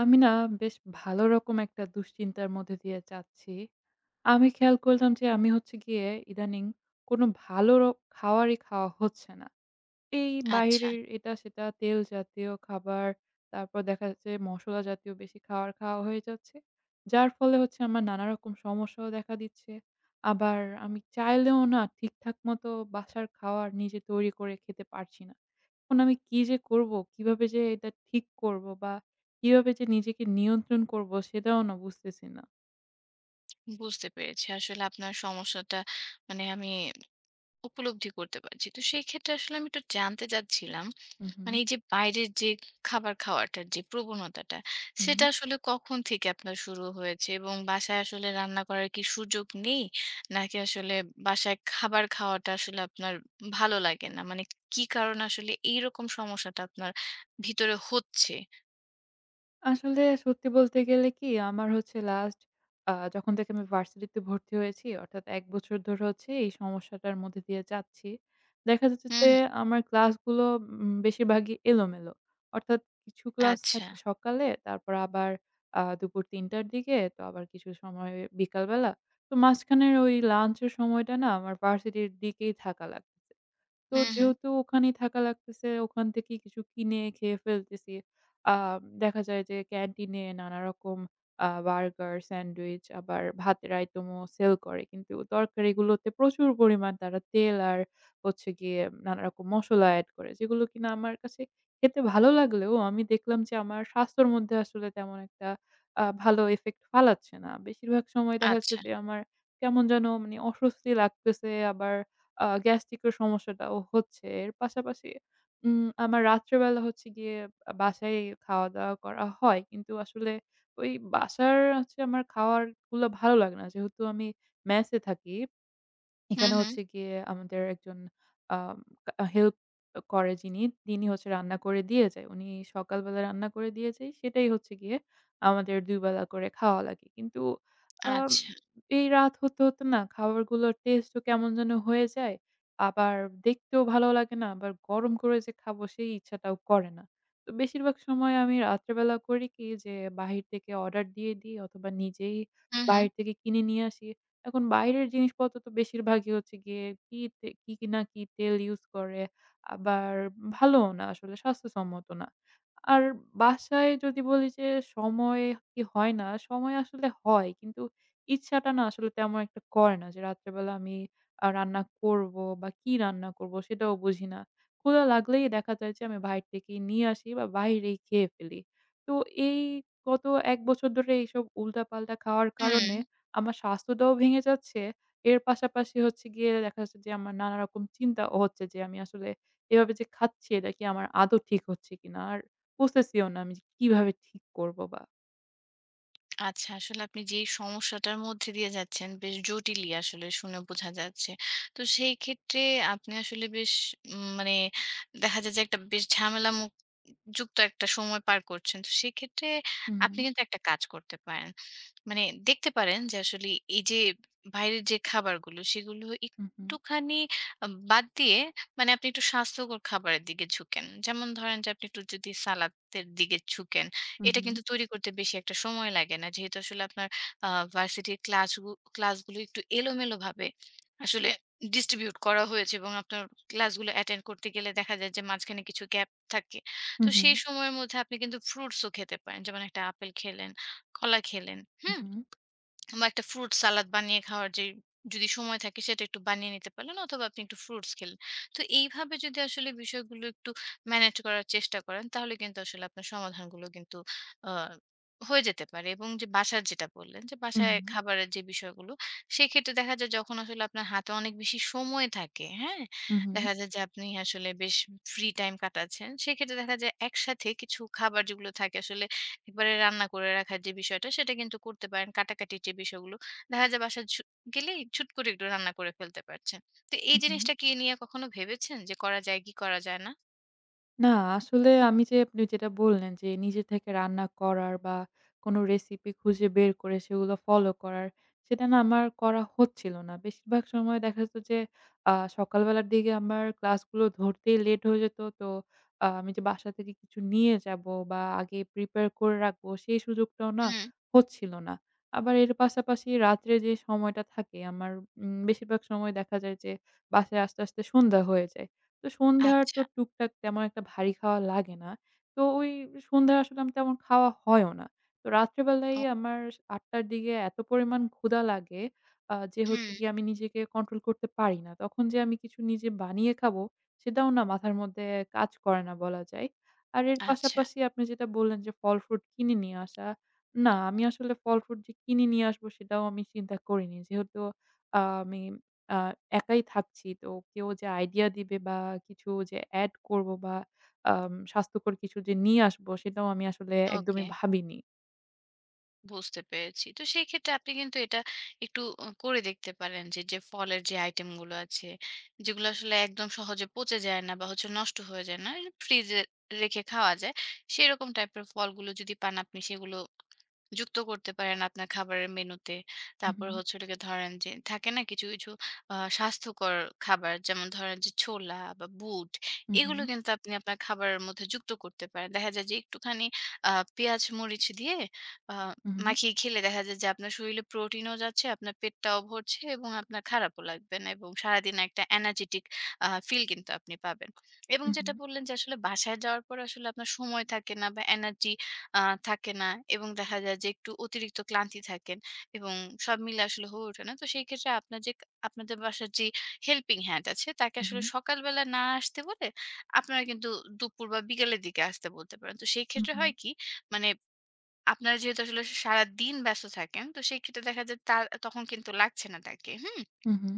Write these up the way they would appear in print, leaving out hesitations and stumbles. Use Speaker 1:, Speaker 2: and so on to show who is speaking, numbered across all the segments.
Speaker 1: আমি না বেশ ভালো রকম একটা দুশ্চিন্তার মধ্যে দিয়ে যাচ্ছি। আমি খেয়াল করলাম যে আমি হচ্ছে গিয়ে ইদানিং কোনো ভালো খাওয়ারই খাওয়া হচ্ছে না। এই
Speaker 2: আচ্ছা,
Speaker 1: বাইরের এটা সেটা তেল জাতীয় খাবার, তারপর দেখা যাচ্ছে মশলা জাতীয় বেশি খাবার খাওয়া হয়ে যাচ্ছে। যার ফলে হচ্ছে আমার নানা রকম সমস্যাও দেখা দিচ্ছে। আবার আমি চাইলেও না ঠিকঠাক মতো বাসার খাওয়ার নিজে তৈরি করে খেতে পারছি না। এখন আমি কি যে করব? কিভাবে যে এটা ঠিক করব বা কিভাবে যে নিজেকে নিয়ন্ত্রণ করব? সেটাও না বুঝতেছি না।
Speaker 2: বুঝতে পেরেছি। আসলে আপনার সমস্যাটা আমি উপলব্ধি করতে পারছি। তো সেই ক্ষেত্রে আসলে আমি একটু জানতে চাচ্ছিলাম,
Speaker 1: হুম, হুম,
Speaker 2: এই যে বাইরের যে খাবার খাওয়াটার যে প্রবণতাটা,
Speaker 1: হুম।
Speaker 2: সেটা আসলে কখন থেকে আপনার শুরু হয়েছে? এবং বাসায় আসলে রান্না করার কি সুযোগ নেই? নাকি আসলে বাসায় খাবার খাওয়াটা আসলে আপনার ভালো লাগে না? কি কারণে আসলে এইরকম সমস্যাটা আপনার ভিতরে হচ্ছে?
Speaker 1: আসলে সত্যি বলতে গেলে কি আমার হচ্ছে লাস্ট যখন থেকে আমি ভার্সিটিতে ভর্তি হয়েছি অর্থাৎ ১ বছর ধরে হচ্ছে এই সমস্যাটার মধ্যে দিয়ে যাচ্ছি। দেখা যাচ্ছে
Speaker 2: হুম,
Speaker 1: যে
Speaker 2: হুম।
Speaker 1: আমার ক্লাসগুলো বেশিরভাগই এলোমেলো। অর্থাৎ কিছু ক্লাস
Speaker 2: আচ্ছা।
Speaker 1: থাকে সকালে তারপর আবার দুপুর ৩টার দিকে তো আবার কিছু সময় বিকালবেলা। তো মাঝখানের ওই লাঞ্চের সময়টা না আমার ভার্সিটির দিকেই থাকা লাগতেছে। তো
Speaker 2: হুম, হুম।
Speaker 1: যেহেতু ওখানেই থাকা লাগতেছে, ওখান থেকেই কিছু কিনে খেয়ে ফেলতেছি। আ দেখা যায় যে ক্যান্টিনে নানারকম বার্গার, স্যান্ডউইচ আবার ভাতের আইটেমও সেল করে। কিন্তু তরকারিগুলোতে প্রচুর পরিমাণ তারা তেল আর হচ্ছে গিয়ে নানারকম মসলা এড করে। যেগুলো কিনা আমার কাছে খেতে ভালো লাগলেও আমি দেখলাম যে আমার স্বাস্থ্যর মধ্যে আসলে তেমন একটা ভালো ইফেক্ট ফালাচ্ছে না। বেশিরভাগ সময় দেখা যাচ্ছে
Speaker 2: আচ্ছা।
Speaker 1: যে আমার কেমন যেন মানে অস্বস্তি লাগতেছে আবার গ্যাস্ট্রিকের সমস্যাটাও হচ্ছে। এর পাশাপাশি আমার রাত্রেবেলা হচ্ছে গিয়ে বাসায় খাওয়া-দাওয়া করা হয়। কিন্তু আসলে ওই বাসার হচ্ছে আমার খাওয়ারগুলো ভালো লাগে না। যেহেতু আমি মেসে থাকি
Speaker 2: হুম,
Speaker 1: এখানে
Speaker 2: হুম।
Speaker 1: হচ্ছে গিয়ে আমাদের একজন আম হেল্প করে যিনি, তিনি হচ্ছে রান্না করে দিয়ে যায়। উনি সকালবেলা রান্না করে দিয়ে যায়, সেটাই হচ্ছে গিয়ে আমাদের ২ বেলা করে খাওয়া লাগে। কিন্তু আম
Speaker 2: আচ্ছা।
Speaker 1: এই রাত হতে না খাবারগুলোর টেস্টও কেমন যেন হয়ে যায়। আবার দেখতেও ভালো লাগে না, আবার গরম করে যে খাবো সেই ইচ্ছাটাও করে না। তো বেশিরভাগ সময় আমি রাত্রেবেলা করি কি যে বাহির থেকে অর্ডার দিয়ে দিই অথবা নিজেই
Speaker 2: হুম, হুম।
Speaker 1: বাহির থেকে কিনে নিয়ে আসি। এখন বাইরের জিনিসপত্র তো বেশিরভাগই হচ্ছে গিয়ে কি তে কি কি না কি তেল ইউজ করে। আবার ভালোও না আসলে স্বাস্থ্যসম্মত না। আর বাসায় যদি বলি যে সময় কি হয় না, সময় আসলে হয়। কিন্তু ইচ্ছাটা না আসলে তেমন একটা করে না যে রাত্রেবেলা আমি রান্না করব বা কি রান্না করব সেটাও বুঝি না। ক্ষুধা লাগলেই দেখা যায় যে আমি বাইরে থেকেই নিয়ে আসি বা বাইরেই খেয়ে ফেলি। তো এই গত ১ বছর ধরে এইসব উল্টাপাল্টা খাওয়ার
Speaker 2: হুম,
Speaker 1: কারণে আমার স্বাস্থ্যটাও ভেঙে যাচ্ছে। এর পাশাপাশি হচ্ছে গিয়ে দেখা যাচ্ছে যে আমার নানা রকম চিন্তাও হচ্ছে যে আমি আসলে এভাবে যে খাচ্ছি এটা কি আমার আদৌ ঠিক হচ্ছে কিনা? আর বুঝতেছিও না আমি যে কিভাবে ঠিক করব বা
Speaker 2: আচ্ছা আসলে আপনি যেই সমস্যাটার মধ্যে দিয়ে যাচ্ছেন বেশ জটিলই আসলে শুনে বোঝা যাচ্ছে। তো সেই ক্ষেত্রে আপনি আসলে বেশ উম মানে দেখা যায় যে একটা বেশ ঝামেলা মুক যুক্ত একটা সময় পার করছেন। তো সেক্ষেত্রে আপনি
Speaker 1: হুম,
Speaker 2: কিন্তু একটা কাজ করতে পারেন। মানে দেখতে পারেন যে আসলে এই যে বাইরের যে খাবারগুলো সেগুলো
Speaker 1: হুম, হুম,
Speaker 2: একটুখানি বাদ দিয়ে আপনি একটু স্বাস্থ্যকর খাবারের দিকে ঝুঁকেন। যেমন ধরেন যে আপনি একটু যদি সালাদের দিকে ঝুঁকেন
Speaker 1: হুম,
Speaker 2: এটা
Speaker 1: হুম,
Speaker 2: কিন্তু তৈরি করতে বেশি একটা সময় লাগে না। যেহেতু আসলে আপনার আ ভার্সিটির ক্লাসগুলো একটু এলোমেলোভাবে আসলে ডিস্ট্রিবিউট করা হয়েছে এবং আপনার ক্লাসগুলো অ্যাটেন্ড করতে গেলে দেখা যায় যে মাঝখানে কিছু গ্যাপ থাকে। তো
Speaker 1: হুম, হুম,
Speaker 2: সেই সময়ের মধ্যে আপনি কিন্তু ফ্রুটসও খেতে পারেন। যেমন একটা আপেল খেলেন, কলা খেলেন। হুম?
Speaker 1: হুম,
Speaker 2: বা একটা ফ্রুট সালাদ বানিয়ে খাওয়ার যে যদি সময় থাকে সেটা একটু বানিয়ে নিতে পারলেন অথবা আপনি একটু ফ্রুটস খেলেন। তো এইভাবে যদি আসলে বিষয়গুলো একটু ম্যানেজ করার চেষ্টা করেন তাহলে কিন্তু আসলে আপনার সমাধানগুলো কিন্তু আ হয়ে যেতে পারে এবং যে বাসার যেটা বললেন যে
Speaker 1: হুম,
Speaker 2: বাসায় খাবারের যে বিষয়গুলো, সেক্ষেত্রে দেখা যায় যখন আসলে আপনার হাতে অনেক বেশি সময় থাকে, হ্যাঁ?
Speaker 1: হুম, হুম, হুম।
Speaker 2: দেখা যায় যে আপনি আসলে বেশ ফ্রি টাইম কাটাচ্ছেন। সেক্ষেত্রে দেখা যায় একসাথে কিছু খাবার যেগুলো থাকে আসলে একবারে রান্না করে রাখার যে বিষয়টা সেটা কিন্তু করতে পারেন। কাটাকাটির যে বিষয়গুলো দেখা যায় বাসায় ছু গেলেই ছুট করে একটু রান্না করে ফেলতে পারছেন। তো এই
Speaker 1: হুম।
Speaker 2: জিনিসটা কি নিয়ে কখনো ভেবেছেন যে করা যায় কি করা যায় না?
Speaker 1: না, আসলে আমি যে আপনি যেটা বললেন যে নিজে থেকে রান্না করার বা কোনো রেসিপি খুঁজে বের করে সেগুলো ফলো করার, সেটা না আমার করা হচ্ছিল না। বেশিরভাগ সময় দেখা যেত যে আ সকালবেলার দিকে আমার ক্লাসগুলো ধরতেই লেট হয়ে যেত। তো আমি যে বাসা থেকে কিছু নিয়ে যাবো বা আগে প্রিপেয়ার করে রাখবো সেই সুযোগটাও না
Speaker 2: হুম,
Speaker 1: হচ্ছিল না। আবার এর পাশাপাশি রাত্রে যে সময়টা থাকে আমার বেশিরভাগ সময় দেখা যায় যে বাসায় আসতে, আসতে সন্ধ্যা হয়ে যায়। তো সন্ধ্যার তো
Speaker 2: আচ্ছা।
Speaker 1: টুকটাক তেমন একটা ভারী খাওয়া লাগে না। তো ওই সন্ধ্যায় আসলে আমি তেমন খাওয়া হয়ও না। তো রাত্রেবেলাই
Speaker 2: ও
Speaker 1: আমার ৮:০০ র দিকে এত পরিমাণ ক্ষুধা লাগে যে হচ্ছে
Speaker 2: হুম,
Speaker 1: গিয়ে আমি নিজেকে কন্ট্রোল করতে পারি না। তখন যে আমি কিছু নিজে বানিয়ে খাবো সেটাও না মাথার মধ্যে কাজ করে না বলা যায়। আর এর
Speaker 2: আচ্ছা।
Speaker 1: পাশাপাশি আপনি যেটা বললেন যে ফল-ফ্রুট কিনে নিয়ে আসা। না আমি আসলে ফল-ফ্রুট যে কিনে নিয়ে আসবো সেটাও আমি চিন্তা করিনি। যেহেতু আমি আ একাই থাকছি। তো কেউ যে আইডিয়া দিবে বা কিছু যে এড করব বা স্বাস্থ্যকর কিছু যে নিয়ে আসবো সেটাও আমি আসলে
Speaker 2: ওকে,
Speaker 1: একদমই ভাবিনি।
Speaker 2: বুঝতে পেরেছি। তো সেই ক্ষেত্রে আপনি কিন্তু এটা একটু করে দেখতে পারেন যে, যে ফলের যে আইটেমগুলো আছে, যেগুলো আসলে একদম সহজে পচে যায় না বা হচ্ছে নষ্ট হয়ে যায় না, ফ্রিজে রেখে খাওয়া যায়। সেরকম টাইপের ফলগুলো যদি পান আপনি সেগুলো যুক্ত করতে পারেন আপনার খাবারের মেনুতে। তারপর
Speaker 1: উহু,
Speaker 2: হচ্ছে হলো গিয়ে ধরেন যে থাকে না কিছু স্বাস্থ্যকর খাবার যেমন ধরেন যে ছোলা বা বুট এগুলো
Speaker 1: উহু,
Speaker 2: কিন্তু আপনি আপনার খাবারের মধ্যে যুক্ত করতে পারেন। দেখা যায় যে একটুখানি আ পেঁয়াজ মরিচ দিয়ে আ
Speaker 1: উহু,
Speaker 2: মাখিয়ে খেলে দেখা যায় যে আপনার শরীরে প্রোটিনও যাচ্ছে, আপনার পেটটাও ভরছে এবং আপনার খারাপও লাগবে না এবং সারাদিন একটা এনার্জেটিক ফিল কিন্তু আপনি পাবেন। এবং
Speaker 1: উহু,
Speaker 2: যেটা বললেন যে আসলে বাসায় যাওয়ার পরে আসলে আপনার সময় থাকে না বা এনার্জি আ থাকে না এবং দেখা যায় যে একটু অতিরিক্ত ক্লান্তি থাকেন এবং সব মিলে আসলে হয়ে ওঠে না। তো সেই ক্ষেত্রে আপনার যে আপনাদের বাসার যে হেল্পিং হ্যান্ড আছে তাকে আসলে
Speaker 1: উহু,
Speaker 2: সকালবেলা না আসতে বলে আপনারা কিন্তু দুপুর বা বিকালের দিকে আসতে বলতে পারেন। তো সেই ক্ষেত্রে
Speaker 1: উহু,
Speaker 2: হয় কি মানে আপনারা যেহেতু আসলে সারাদিন ব্যস্ত থাকেন তো সেই ক্ষেত্রে দেখা যায় তার তখন কিন্তু লাগছে না তাকে। হুম?
Speaker 1: উহু,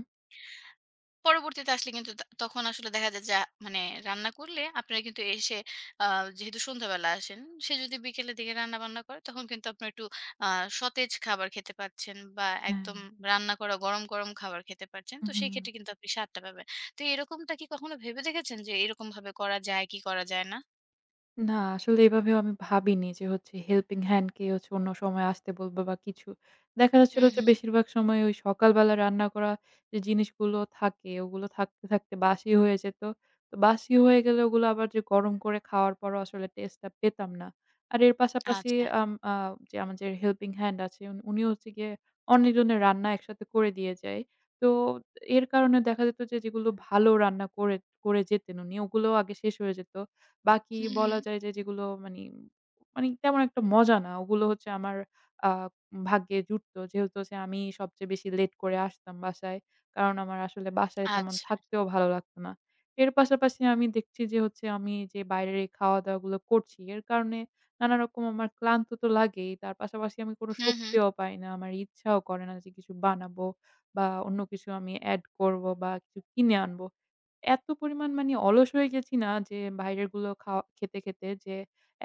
Speaker 2: পরবর্তীতে আসলে কিন্তু তা তখন আসলে দেখা যায় যে, মানে রান্না করলে আপনারা কিন্তু এসে আ যেহেতু সন্ধ্যাবেলা আসেন, সে যদি বিকেলের দিকে রান্না-বান্না করে, তখন কিন্তু আপনারা একটু আ সতেজ খাবার খেতে পারছেন বা
Speaker 1: না,
Speaker 2: একদম
Speaker 1: না।
Speaker 2: রান্না করা গরম, গরম খাবার খেতে পারছেন। তো
Speaker 1: উহু।
Speaker 2: সেই ক্ষেত্রে কিন্তু আপনি স্বাদটা পাবেন। তো এরকমটা কি কখনো ভেবে দেখেছেন যে, এরকমভাবে করা যায় কি করা যায় না?
Speaker 1: না, আসলে এভাবেও আমি ভাবিনি যে হচ্ছে হেল্পিং হ্যান্ড কে হচ্ছে অন্য সময় আসতে বলবো বা কিছু। দেখা যাচ্ছিল
Speaker 2: হুম,
Speaker 1: যে
Speaker 2: হুম।
Speaker 1: বেশিরভাগ সময় ওই সকালবেলা রান্না করা যে জিনিসগুলো থাকে ওগুলো থাকতে, থাকতে বাসি হয়ে যেত। তো বাসি হয়ে গেলে ওগুলো আবার যে গরম করে খাওয়ার পরও আসলে টেস্ট টা পেতাম না। আর এর পাশাপাশি
Speaker 2: আচ্ছা।
Speaker 1: আম আ যে আমাদের হেল্পিং হ্যান্ড আছে উনি উনি হচ্ছে গিয়ে অনেকজনের রান্না একসাথে করে দিয়ে যায়। তো এর কারণে দেখা যেত যে যেগুলো ভালো রান্না করে করে যেতেন উনি ওগুলোও আগে শেষ হয়ে যেত। বাকি
Speaker 2: হুম,
Speaker 1: বলা
Speaker 2: হুম।
Speaker 1: যায় যে যেগুলো মানি মানি তেমন একটা মজা না। ওগুলো হচ্ছে আমার আ ভাগ্যে জুটতো। যেহেতু হচ্ছে আমি সবচেয়ে বেশি লেট করে আসতাম বাসায়। কারণ আমার আসলে বাসায় তেমন
Speaker 2: আচ্ছা।
Speaker 1: থাকতেও ভালো লাগতো না। এর পাশাপাশি আমি দেখছি যে হচ্ছে আমি যে বাইরের এই খাওয়া-দাওয়া গুলো করছি এর কারণে নানা রকম আমার ক্লান্ত তো লাগেই। তার পাশাপাশি আমি কোনো
Speaker 2: হুম, হুম।
Speaker 1: শক্তিও পাই না। আমার ইচ্ছাও করে না যে কিছু বানাবো বা অন্য কিছু আমি এড করব বা কিছু কিনে আনবো। এত পরিমাণ মানে অলস হয়ে গেছি না যে বাইরের গুলো খাওয়া খেতে, খেতে যে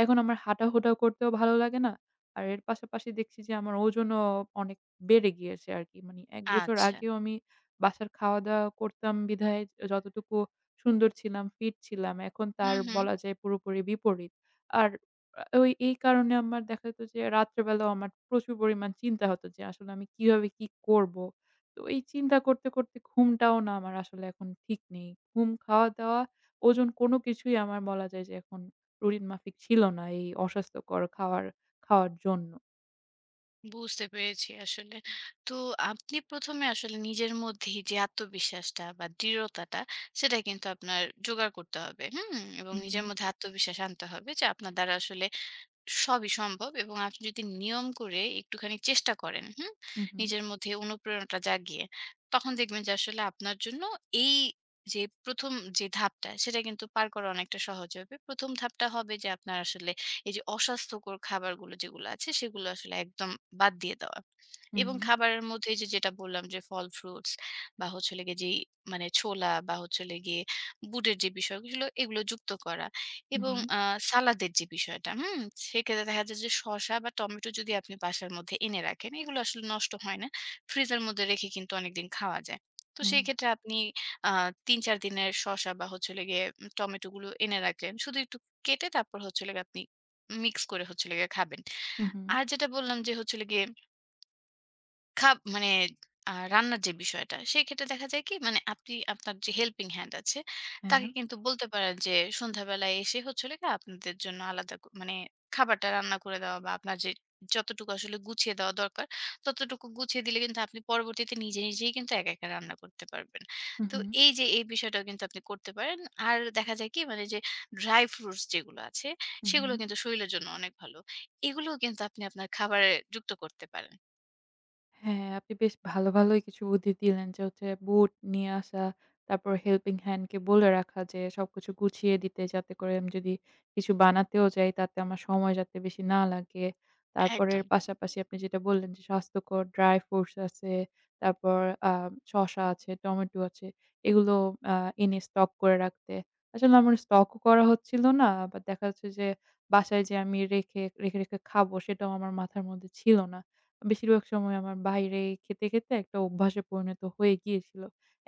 Speaker 1: এখন আমার হাঁটাহুটা করতেও ভালো লাগে না। আর এর পাশাপাশি দেখছি যে আমার ওজনও অনেক বেড়ে গিয়েছে আরকি। মানে ১ বছর
Speaker 2: আচ্ছা।
Speaker 1: আগেও আমি বাসার খাওয়া-দাওয়া করতাম বিধায় যতটুকু সুন্দর ছিলাম, ফিট ছিলাম। এখন তার
Speaker 2: হুম, হুম।
Speaker 1: বলা যায় পুরোপুরি বিপরীত। আর ওই এই কারণে আমার দেখা যেত যে রাত্রে বেলাও আমার প্রচুর পরিমাণ চিন্তা হতো যে আসলে আমি কিভাবে কি করব? তো এই চিন্তা করতে, করতে ঘুমটাও না আমার আসলে এখন ঠিক নেই। ঘুম, খাওয়া-দাওয়া, ওজন কোনো কিছুই আমার বলা যায় যে এখন রুটিন মাফিক ছিল না এই অস্বাস্থ্যকর খাওয়ার খাওয়ার জন্য।
Speaker 2: বুঝতে পেরেছি আসলে। তো আপনি ১ম এ আসলে নিজের মধ্যেই যে আত্মবিশ্বাসটা বা দৃঢ়তাটা সেটা কিন্তু আপনার জোগাড় করতে হবে। হুম? এবং
Speaker 1: হুম,
Speaker 2: নিজের মধ্যে আত্মবিশ্বাস আনতে হবে যে আপনার দ্বারা আসলে সবই সম্ভব এবং আপনি যদি নিয়ম করে একটুখানি চেষ্টা করেন, হুম?
Speaker 1: হুম, হুম,
Speaker 2: নিজের মধ্যে অনুপ্রেরণাটা জাগিয়ে, তখন দেখবেন যে আসলে আপনার জন্য এই যে ১ম যে ধাপটা, সেটা কিন্তু পার করা অনেকটা সহজ হবে। ১ম ধাপটা হবে যে আপনার আসলে এই যে অস্বাস্থ্যকর খাবারগুলো যেগুলো আছে, সেগুলো আসলে একদম বাদ দিয়ে দেওয়া। এবং
Speaker 1: হুম,
Speaker 2: খাবারের মধ্যে যেটা বললাম যে ফল, ফ্রুটস বা হচ্ছে হলো গিয়ে যেই ছোলা বা হচ্ছে হলো গিয়ে বুটের যে বিষয়গুলো, এগুলো যুক্ত করা।
Speaker 1: হুম,
Speaker 2: এবং
Speaker 1: হুম,
Speaker 2: সালাদের যে বিষয়টা, হুম? সেক্ষেত্রে দেখা যায় যে শসা বা টমেটো যদি আপনি বাসার মধ্যে এনে রাখেন, এগুলো আসলে নষ্ট হয় না। ফ্রিজের মধ্যে রেখে কিন্তু অনেকদিন খাওয়া যায়। তো
Speaker 1: হ্যাঁ,
Speaker 2: সেই ক্ষেত্রে আপনি আ ৩-৪ দিনের শসা বা হচ্ছে হলো গিয়ে টমেটোগুলো এনে রাখলেন। শুধু একটু কেটে তারপর হচ্ছে হলো গিয়ে আপনি মিক্স করে হচ্ছে হলো গিয়ে খাবেন।
Speaker 1: হুম, হুম,
Speaker 2: আর যেটা বললাম যে হচ্ছে হলো গিয়ে খাপ মানে রান্নার যে বিষয়টা, সেক্ষেত্রে দেখা যায় কি আপনি আপনার যে হেল্পিং হ্যান্ড আছে,
Speaker 1: হ্যাঁ,
Speaker 2: তাকে কিন্তু বলতে পারেন যে সন্ধ্যাবেলায় এসে হচ্ছে হলো গিয়ে আপনাদের জন্য আলাদা ক মানে খাবারটা রান্না করে দেওয়া বা আপনার যে যতটুকু আসলে গুছিয়ে দেওয়া দরকার, ততটুকু গুছিয়ে দিলে কিন্তু আপনি পরবর্তীতে নিজেই কিন্তু একা রান্না করতে পারবেন।
Speaker 1: হুম,
Speaker 2: তো
Speaker 1: হুম,
Speaker 2: এই যে এই বিষয়টাও কিন্তু আপনি করতে পারেন। আর দেখা যায় কি মানে যে ড্রাই ফ্রুটস যেগুলো আছে, সেগুলো
Speaker 1: হুম।
Speaker 2: কিন্তু শরীরের জন্য অনেক ভালো। এগুলোও কিন্তু আপনি আপনার খাবারে যুক্ত করতে পারেন।
Speaker 1: হ্যাঁ, আপনি বেশ ভালো, ভালোই কিছু বুদ্ধি দিলেন যে হচ্ছে বুট নিয়ে আসা, তারপর হেল্পিং হ্যান্ড কে বলে রাখা যে সবকিছু গুছিয়ে দিতে যাতে করে আমি যদি কিছু বানাতেও যাই তাতে আমার সময় যাতে বেশি না লাগে। তারপরে এর
Speaker 2: একদম।
Speaker 1: পাশাপাশি আপনি যেটা বললেন যে স্বাস্থ্যকর ড্রাই ফ্রুটস আছে, তারপর আ শসা আছে, টমেটো আছে, এগুলো আ এনে স্টক করে রাখতে। আসলে আমার স্টকও করা হচ্ছিল না, আবার দেখা যাচ্ছে যে বাসায় যে আমি রেখে খাবো সেটাও আমার মাথার মধ্যে ছিল না। বেশিরভাগ সময় আমার বাইরে খেতে, খেতে একটা অভ্যাসে পরিণত হয়ে গিয়েছিল।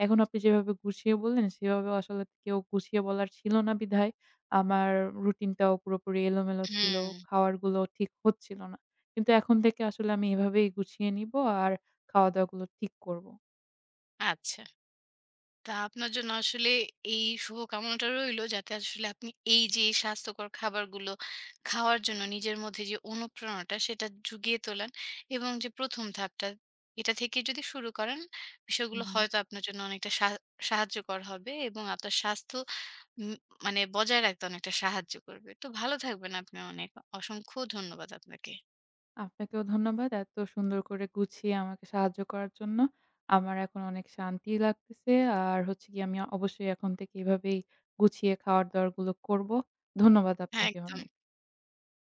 Speaker 1: এখন আপনি যেভাবে গুছিয়ে বললেন সেভাবে আসলে কেউ গুছিয়ে বলার ছিল না বিধায় আমার রুটিনটাও পুরোপুরি এলোমেলো ছিল।
Speaker 2: হুম,
Speaker 1: খাওয়ারগুলো ঠিক হচ্ছিল না। কিন্তু এখন থেকে আসলে আমি এভাবেই গুছিয়ে নিবো আর খাওয়া-দাওয়াগুলো ঠিক করব।
Speaker 2: আচ্ছা। তা আপনার জন্য আসলে এই শুভকামনাটা রইলো যাতে আসলে আপনি এই যে এই স্বাস্থ্যকর খাবারগুলো খাওয়ার জন্য নিজের মধ্যে যে অনুপ্রেরণাটা সেটা জুগিয়ে তোলেন এবং যে ১ম ধাপটা এটা থেকে যদি শুরু করেন বিষয়গুলো
Speaker 1: হুম।
Speaker 2: হয়তো আপনার জন্য অনেকটা সাহায্যকর হবে এবং আপনার স্বাস্থ্য উম মানে বজায় রাখতে অনেকটা সাহায্য করবে। তো ভালো থাকবেন আপনি অনেক। অসংখ্য ধন্যবাদ আপনাকে।
Speaker 1: আপনাকেও ধন্যবাদ। এত সুন্দর করে গুছিয়ে আমাকে সাহায্য করার জন্য। আমার এখন অনেক শান্তি লাগতেছে। আর হচ্ছে গিয়ে আমি অবশ্যই এখন থেকে এভাবেই গুছিয়ে খাওয়ার-দাওয়ার গুলো করব। ধন্যবাদ
Speaker 2: হ্যাঁ,
Speaker 1: আপনাকে
Speaker 2: একদম।
Speaker 1: অনেক।